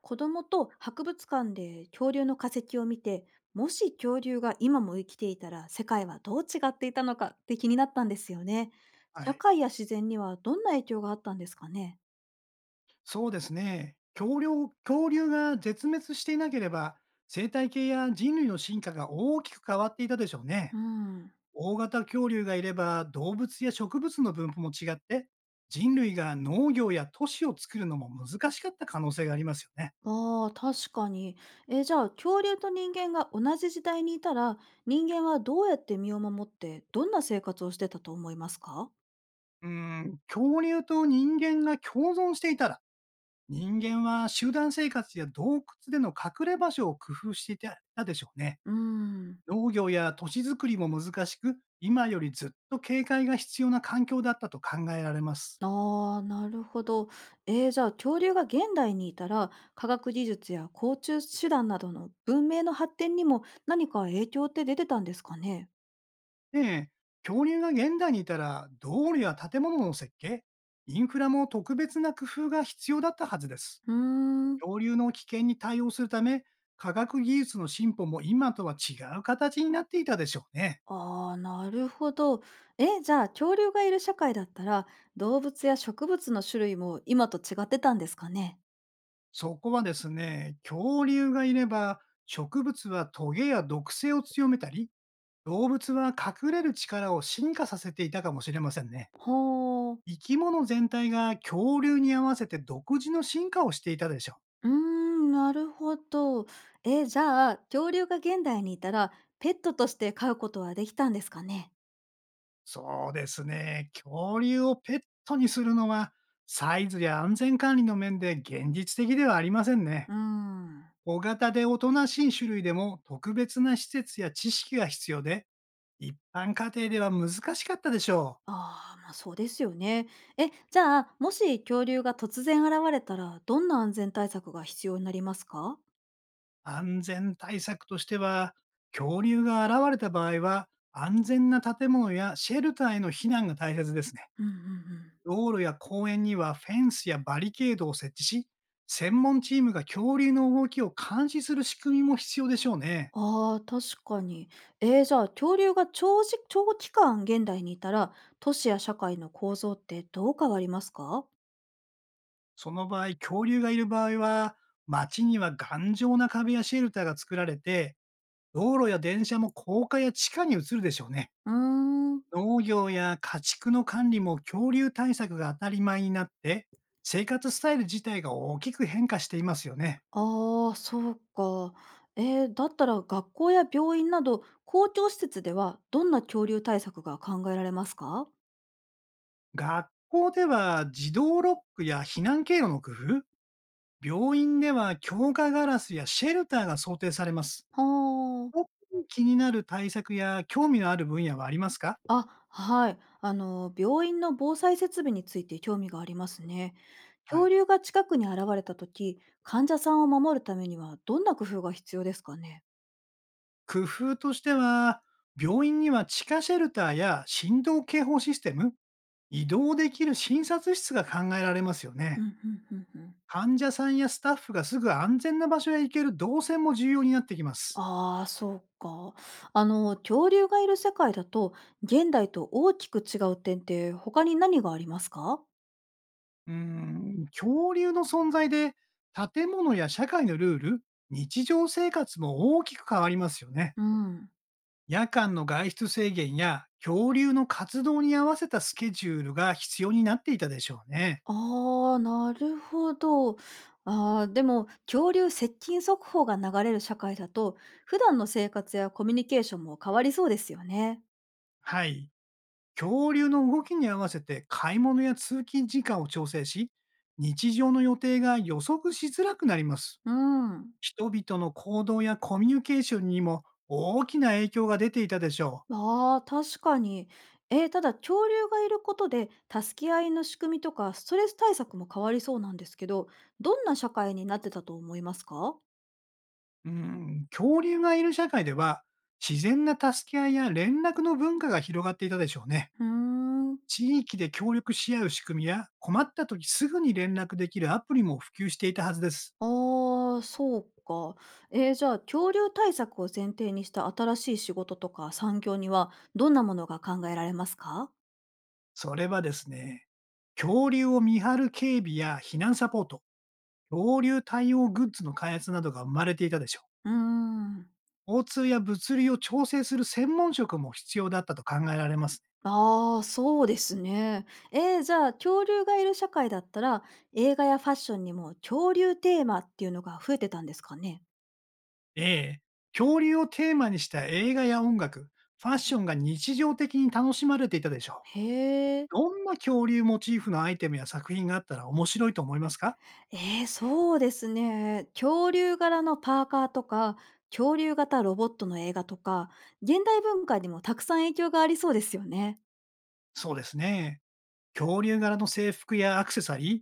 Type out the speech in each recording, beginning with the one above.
子供と博物館で恐竜の化石を見て、もし恐竜が今も生きていたら世界はどう違っていたのかって気になったんですよね。は社い。会や自然にはどんな影響があったんですかね。そうですね。恐竜が絶滅していなければ、生態系や人類の進化が大きく変わっていたでしょうね。うん。大型恐竜がいれば、動物や植物の分布も違って、人類が農業や都市を作るのも難しかった可能性がありますよね。ああ、確かに。じゃあ恐竜と人間が同じ時代にいたら、人間はどうやって身を守ってどんな生活をしてたと思いますか。うーん、恐竜と人間が共存していたら、人間は集団生活や洞窟での隠れ場所を工夫していたでしょうね。うん。農業や都市づくりも難しく、今よりずっと警戒が必要な環境だったと考えられます。ああ、なるほど。じゃあ恐竜が現代にいたら科学技術や交通手段などの文明の発展にも何か影響って出てたんですかね。で、恐竜が現代にいたら、道路や建物の設計、インフラも特別な工夫が必要だったはずです。うーん。恐竜の危険に対応するため、科学技術の進歩も今とは違う形になっていたでしょうね。ああ、なるほど。じゃあ恐竜がいる社会だったら動物や植物の種類も今と違ってたんですかね。そこはですね、恐竜がいれば、植物はトゲや毒性を強めたり、動物は隠れる力を進化させていたかもしれませんね。ほう。生き物全体が恐竜に合わせて独自の進化をしていたでしょう。うーん、なるほど。じゃあ恐竜が現代にいたらペットとして飼うことはできたんですかね。そうですね。恐竜をペットにするのは、サイズや安全管理の面で現実的ではありませんね。うーん。小型でおとなしい種類でも特別な施設や知識が必要で、一般家庭では難しかったでしょう。ああ、ま、そうですよね。じゃあ、もし恐竜が突然現れたら、どんな安全対策が必要になりますか？安全対策としては、恐竜が現れた場合は、安全な建物やシェルターへの避難が大切ですね。うんうんうん。道路や公園にはフェンスやバリケードを設置し、専門チームが恐竜の動きを監視する仕組みも必要でしょうね。ああ、確かに。じゃあ、恐竜が長期間現代にいたら、都市や社会の構造ってどう変わりますか？その場合、恐竜がいる場合は、街には頑丈な壁やシェルターが作られて、道路や電車も高架や地下に移るでしょうね。うーん。農業や家畜の管理も恐竜対策が当たり前になって、生活スタイル自体が大きく変化していますよね。ああ、そうか。だったら学校や病院など公共施設では、どんな恐竜対策が考えられますか？学校では自動ロックや避難経路の工夫、病院では強化ガラスやシェルターが想定されます。はあ。特に気になる対策や興味のある分野はありますか？あ、はい。あの、病院の防災設備について興味がありますね。は恐い。竜が近くに現れた時患者さんを守るためにはどんな工夫が必要ですかね。工夫としては、病院には地下シェルターや振動警報システム、移動できる診察室が考えられますようんね。うんうんうん。患者さんやスタッフがすぐ安全な場所へ行ける動線も重要になってきます。ああ、そうか。あの、恐竜がいる世界だと、現代と大きく違う点って他に何がありますか。うーん、恐竜の存在で建物や社会のルール、日常生活も大きく変わりますよね。うん。夜間の外出制限や恐竜の活動に合わせたスケジュールが必要になっていたでしょうね。ああ、なるほど。ああ、でも、恐竜接近速報が流れる社会だと、普段の生活やコミュニケーションも変わりそうですよね。はい。恐竜の動きに合わせて買い物や通勤時間を調整し、日常の予定が予測しづらくなります。うん。人々の行動やコミュニケーションにも大きな影響が出ていたでしょああ、確かに。ただ、恐竜がいることで、助け合いの仕組みとか、ストレス対策も変わりそうなんですけど、どんな社会になってたと思いますか。う。うん、恐竜がいる社会では、自然な助け合いや連絡の文化が広がっていたでしょうね。うーん。地域で協力し合う仕組みや、困った時すぐに連絡できるアプリも普及していたはずです。ああ、そうか。じゃあ、恐竜対策を前提にした新しい仕事とか産業には、どんなものが考えられますか。それはですね、恐竜を見張る警備や避難サポート、恐竜対応グッズの開発などが生まれていたでしょう。うーん。交通や物流を調整する専門職も必要だったと考えられます。ああ、そうですね。じゃあ、恐竜がいる社会だったら、映画やファッションにも恐竜テーマっていうのが増えてたんですかね。ええ。恐竜をテーマにした映画や音楽、ファッションが日常的に楽しまれていたでしょへえ。う。どんな恐竜モチーフのアイテムや作品があったら面白いと思いますか？そうですね。恐竜柄のパーカーとか、恐竜型ロボットの映画とか、現代文化にもたくさん影響がありそうですよね。そうですね。恐竜柄の制服やアクセサリー、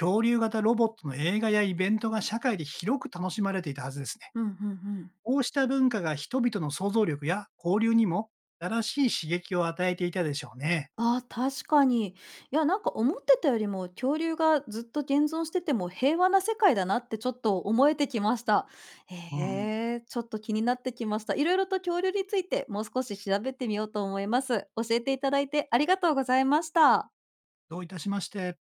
恐竜型ロボットの映画やイベントが社会で広く楽しまれていたはずですね。うんうんうん。こうした文化が人々の想像力や交流にも新しい刺激を与えていたでしょうね。あー確かに。いや、なんか思ってたよりも、恐竜がずっと現存してても平和な世界だなってちょっと思えてきました。うへん。え、ちょっと気になってきました。いろいろと恐竜についてもう少し調べてみようと思います。教えていただいてありがとうございました。どういたしまして。